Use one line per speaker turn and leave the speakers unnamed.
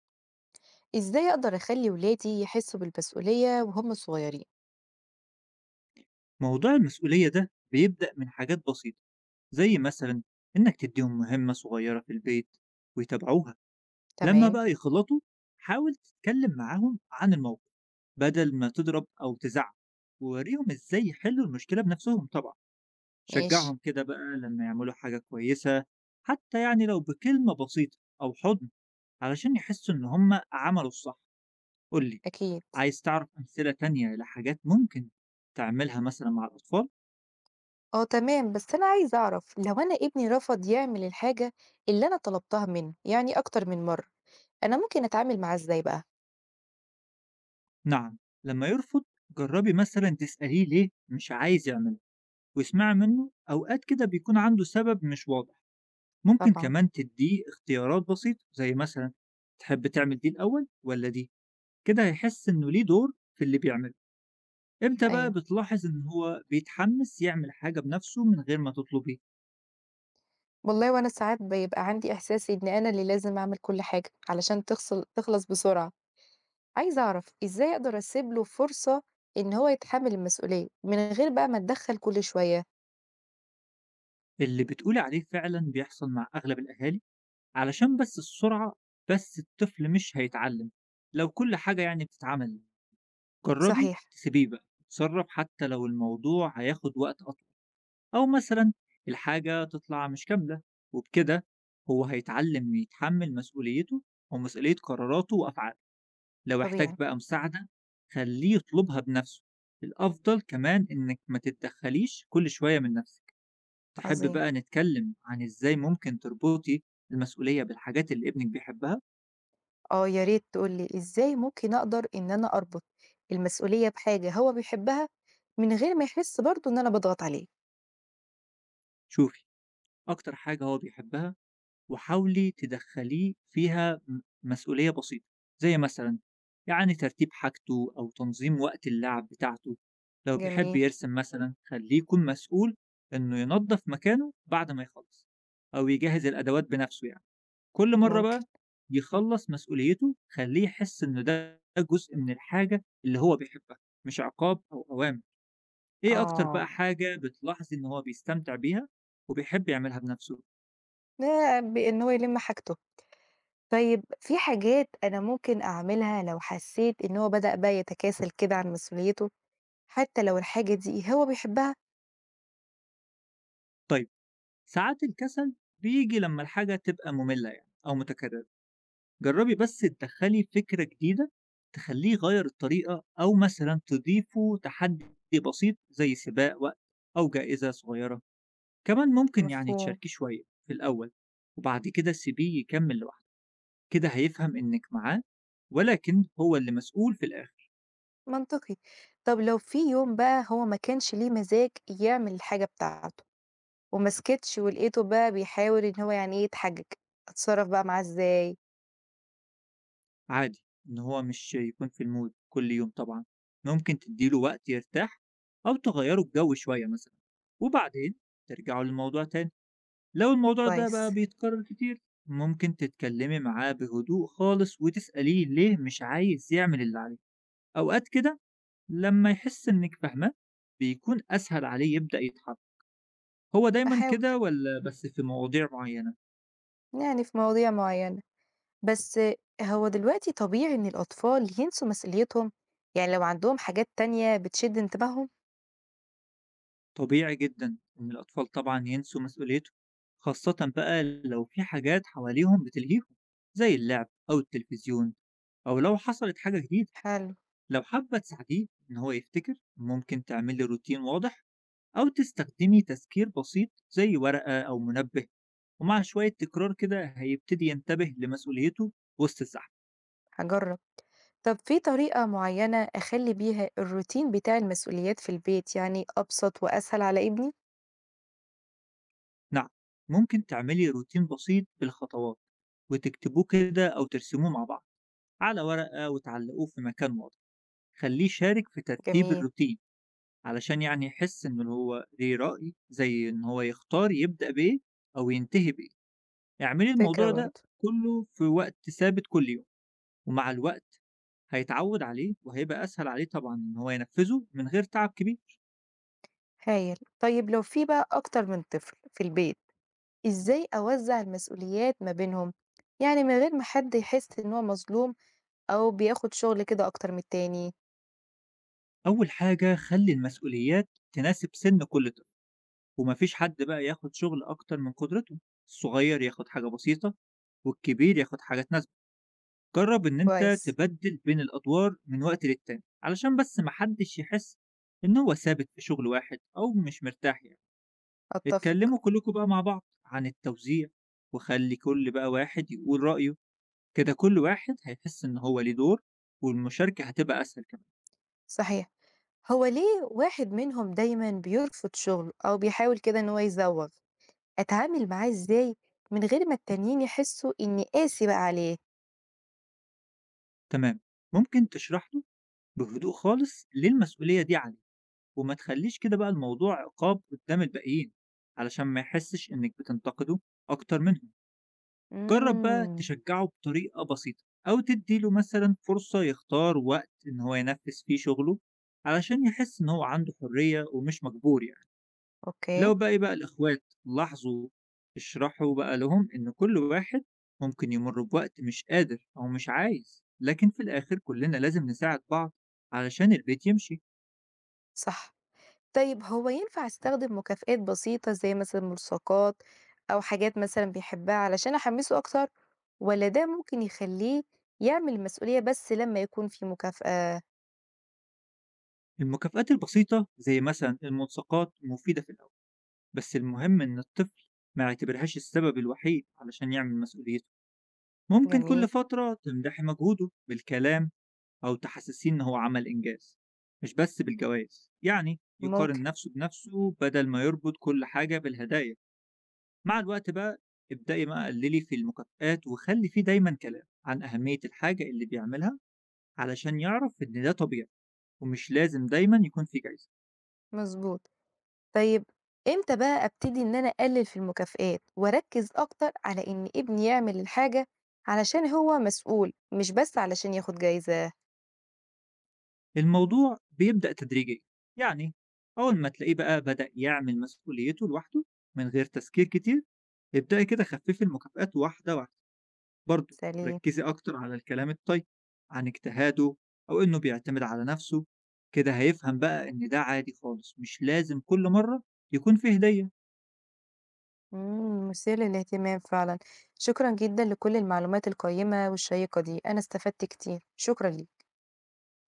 إزاي أقدر أخلّي ولادي يحسّوا بالمسؤولية وهُم صغيرين؟
موضوع المسؤولية ده بيبدأ من حاجات بسيطة، زي مثلا إنك تديهم مهمة صغيرة في البيت ويتابعوها. لما
تمام،
بقى يخلطوا، حاول تتكلم معاهم عن الموقف بدل ما تضرب أو تزعق، ووريهم إزاي يحلوا المشكلة بنفسهم. طبعا
ماشي،
شجعهم كده بقى لما يعملوا حاجة كويسة، حتى يعني لو بكلمة بسيطة أو حضن، علشان يحسوا إن هم عملوا الصح. قولي،
أكيد.
عايز تعرف أمثلة تانية لحاجات ممكن تعملها مثلا مع الأطفال؟
آه تمام، بس أنا عايزة أعرف لو أنا ابني رفض يعمل الحاجة اللي أنا طلبتها منّه، يعني أكتر من مرّة، أنا ممكن أتعامل معاه إزاي بقى؟
نعم، لما يرفض جربي مثلا تسأليه ليه مش عايز يعمله، واسمعي منه. أوقات كده بيكون عنده سبب مش واضح. ممكن
طبعًا،
كمان تديه اختيارات بسيطة، زي مثلا تحب تعمل دي الأول ولا دي، كده هيحس إنه ليه دور في اللي بيعمله. امتى بقى
أيوه.
بتلاحظ إن هو بيتحمس يعمل حاجة بنفسه من غير ما تطلبيه؟
والله وأنا ساعات بيبقى عندي إحساس إن أنا اللي لازم أعمل كل حاجة علشان تخلص بسرعة. عايزة أعرف إزاي أقدر أسيب له فرصة إن هو يتحمّل المسؤولية من غير بقى ما أتدخّل كل شوية؟
اللي بتقولي عليه فعلا بيحصل مع أغلب الأهالي، علشان بس السرعة. بس الطفل مش هيتعلم لو كل حاجة يعني بتتعمل. جربي
صحيح،
تسيبيه بقى يتصرف، حتى لو الموضوع هياخد وقت أطول، أو مثلا الحاجة تطلع مش كاملة. وبكده هو هيتعلم إنه يتحمل مسؤوليته، ومسؤولية قراراته وأفعاله. لو احتاج
طبيعي،
بقى مساعدة، خليه يطلبها بنفسه. الأفضل كمان إنك ما تتدخليش كل شوية من نفسك. تحب
عظيم.
بقى نتكلم عن إزاي ممكن تربطي المسؤولية بالحاجات اللي ابنك بيحبها؟
آه يا ريت تقول لي إزاي ممكن أقدر إن أنا أربط المسؤولية بحاجة هو بيحبها من غير ما يحس برضه إن أنا باضغط عليه؟
شوفي أكتر حاجة هو بيحبها، وحاولي تدخليه فيها مسؤولية بسيطة، زي مثلا يعني ترتيب حاجته أو تنظيم وقت اللعب بتاعته. لو بيحب
جميل،
يرسم مثلا، خليه يكون مسؤول إنه ينظف مكانه بعد ما يخلص، أو يجهز الأدوات بنفسه يعني. كل مرة
ممكن،
بقى يخلص مسؤوليته، خليه يحس إن ده جزء من الحاجة اللي هو بيحبها، مش عقاب أو أوامر. إيه أكتر بقى
آه،
حاجة بتلاحظي إن هو بيستمتع بيها وبيحب يعملها بنفسه؟
ده بإن هو يلم حاجته. طيب في حاجات أنا ممكن أعملها لو حسيت إن هو بدأ بقى يتكاسل كده عن مسؤوليته، حتى لو الحاجة دي هو بيحبها؟
طيب، ساعات الكسل بيجي لما الحاجة تبقى مملة يعني أو متكررة. جربي بس تدخلي فكرة جديدة، تخليه يغير الطريقة، أو مثلا تضيفه تحدي بسيط زي سباق وقت أو جائزة صغيرة. كمان ممكن يعني
مفهوم،
تشاركيه شوية في الأول، وبعد كده سيبيه يكمل لوحده. كده هيفهم إنك معاه، ولكن هو اللي مسؤول في الآخر.
منطقي. طب لو في يوم بقى هو ما كانش ليه مزاج يعمل الحاجة بتاعته وما سكتش ولقيته بقى بيحاول إن هو يعني إيه يتحجج، أتصرّف بقى معاه إزاي؟
عادي إن هو مش يكون في المود كل يوم طبعًا، ممكن تدّي له وقت يرتاح أو تغيّروا الجو شوية مثلًا، وبعدين ترجعوا للموضوع تاني. لو الموضوع ده بقى
كويس،
بيتكرر كتير، ممكن تتكلمي معاه بهدوء خالص وتسأليه ليه مش عايز يعمل اللي عليه. أوقات كده لمّا يحس إنِّك فاهماه، بيكون أسهل عليه يبدأ يتحرك. هو دايمًا
هاحاول،
كده والّا بس في مواضيع معيّنة؟
يعني في مواضيع معيّنة، بس هو دلوقتي طبيعي إن الأطفال ينسوا مسؤوليتهم؟ يعني لو عندهم حاجات تانية بتشد انتباههم؟
طبيعي جدًا إن الأطفال طبعًا ينسوا مسؤوليتهم، خاصةً بقى لو في حاجات حواليهم بتلهيهم زي اللعب أو التلفزيون، أو لو حصلت حاجة جديدة.
حلو،
لو حابة تساعديه إن هو يفتكر، ممكن تعملي روتين واضح أو تستخدمي تذكير بسيط زي ورقة أو منبه، ومع شوية تكرار كده هيبتدي ينتبه لمسؤوليته وسط الزحمة.
هاجرّب. طب في طريقة معيّنة أخلّي بيها الروتين بتاع المسؤوليات في البيت يعني أبسط وأسهل على ابني؟
نعم، ممكن تعملي روتين بسيط بالخطوات، وتكتبوه كده أو ترسموه مع بعض على ورقة، وتعلقوه في مكان واضح. خلّيه يشارك في ترتيب
جميل،
الروتين، علشان يعني يحس إن هو ليه رأي، زي إن هو يختار يبدأ بإيه أو ينتهي بإيه. اعملي
فكرة
الموضوع ده
برضه،
كلّه في وقت ثابت كل يوم، ومع الوقت هيتعوّد عليه وهيبقى أسهل عليه طبعًا إن هو ينفّذه من غير تعب كبير.
هايل. طيب لو في بقى أكتر من طفل في البيت إزاي أوزع المسؤوليات ما بينهم؟ يعني من غير ما حد يحس إن هو مظلوم أو بياخد شغل كده أكتر من التاني.
أول حاجة، خلّي المسؤوليات تناسب سِن كل طفل، وما فيش حد بقى ياخد شغل أكتر من قدرته. الصغير ياخد حاجة بسيطة والكبير ياخد حاجة تناسبه. جرب إن أنت
كويس.
تبدل بين الأدوار من وقت للتاني، علشان بس محدش يحس إن هو ثابت في شغل واحد أو مش مرتاح يعني.
أتفق.
اتكلموا كلكم بقى مع بعض عن التوزيع، وخلي كل بقى واحد يقول رأيه. كده كل واحد هيحس إن هو ليه دور، والمشاركة هتبقى أسهل كمان.
صحيح. هو ليه واحد منهم دايما بيرفض شغل أو بيحاول كده إن هو يزوغ أتعامل معاه إزاي من غير ما التانيين يحسوا إني قاسي بقى عليه؟
تمام، ممكن تشرح له بهدوء خالص ليه المسؤولية دي عليه، وما تخليش كده بقى الموضوع عقاب قدام الباقيين، علشان ما يحسش إنك بتنتقده أكتر منه. جرب بقى
امم
تشجعه بطريقة بسيطة، أو تديله مثلا فرصة يختار وقت إن هو ينفذ فيه شغله، علشان يحس إن هو عنده حرية ومش مجبور يعني.
أوكي.
لو بقى الإخوات لاحظوا، اشرحوا بقى لهم إن كل واحد ممكن يمر بوقت مش قادر أو مش عايز، لكن في الآخر كلنا لازم نساعد بعض علشان البيت يمشي.
صح. طيب هو ينفع أستخدم مكافآت بسيطة زي مثلًا ملصقات أو حاجات مثلًا بيحبها علشان أحمسه أكتر، والّا ده ممكن يخليه يعمل المسؤولية بس لمّا يكون في مكافأة؟
المكافآت البسيطة زي مثلا الملصقات مفيدة في الأول، بس المهم إن الطفل ما يعتبرهاش السبب الوحيد علشان يعمل مسؤوليته. ممكن كل
جميل،
فترة تمدحي مجهوده بالكلام، أو تحسسيه إن هو عمل إنجاز، مش بس بالجوائز. يعني يقارن
ممكن،
نفسه بنفسه بدل ما يربط كل حاجة بالهدايا. مع الوقت بقى ابدأي بقى قللي في المكافآت، وخلي فيه دايما كلام عن أهمية الحاجة اللي بيعملها، علشان يعرف إن ده طبيعي ومش لازم دايما يكون فيه جايزة.
مضبوط. طيب إمتى بقى أبتدي إن أنا أقلل في المكافآت وأركز أكتر على إن ابني يعمل الحاجة علشان هو مسؤول، مش بس علشان ياخد جايزة؟
الموضوع بيبدأ تدريجيا يعني. أول ما تلاقيه بقى بدأ يعمل مسؤوليته لوحده من غير تذكير كتير، ابدأي كده خففي المكافآت واحدة واحدة. برضه
سليم.
ركّزي أكتر على الكلام الطيب، عن اجتهاده أو إنه بيعتمد على نَفْسه. كده هيفهم بقى إن ده عادي خالص، مش لازم كل مرّة يكون في هدية.
إمم، مثير للاهتمام فعلًا. شكرًا جدًا لكل المعلومات القيّمة والشيّقة دي، أنا استفدت كتير، شكرًا ليك.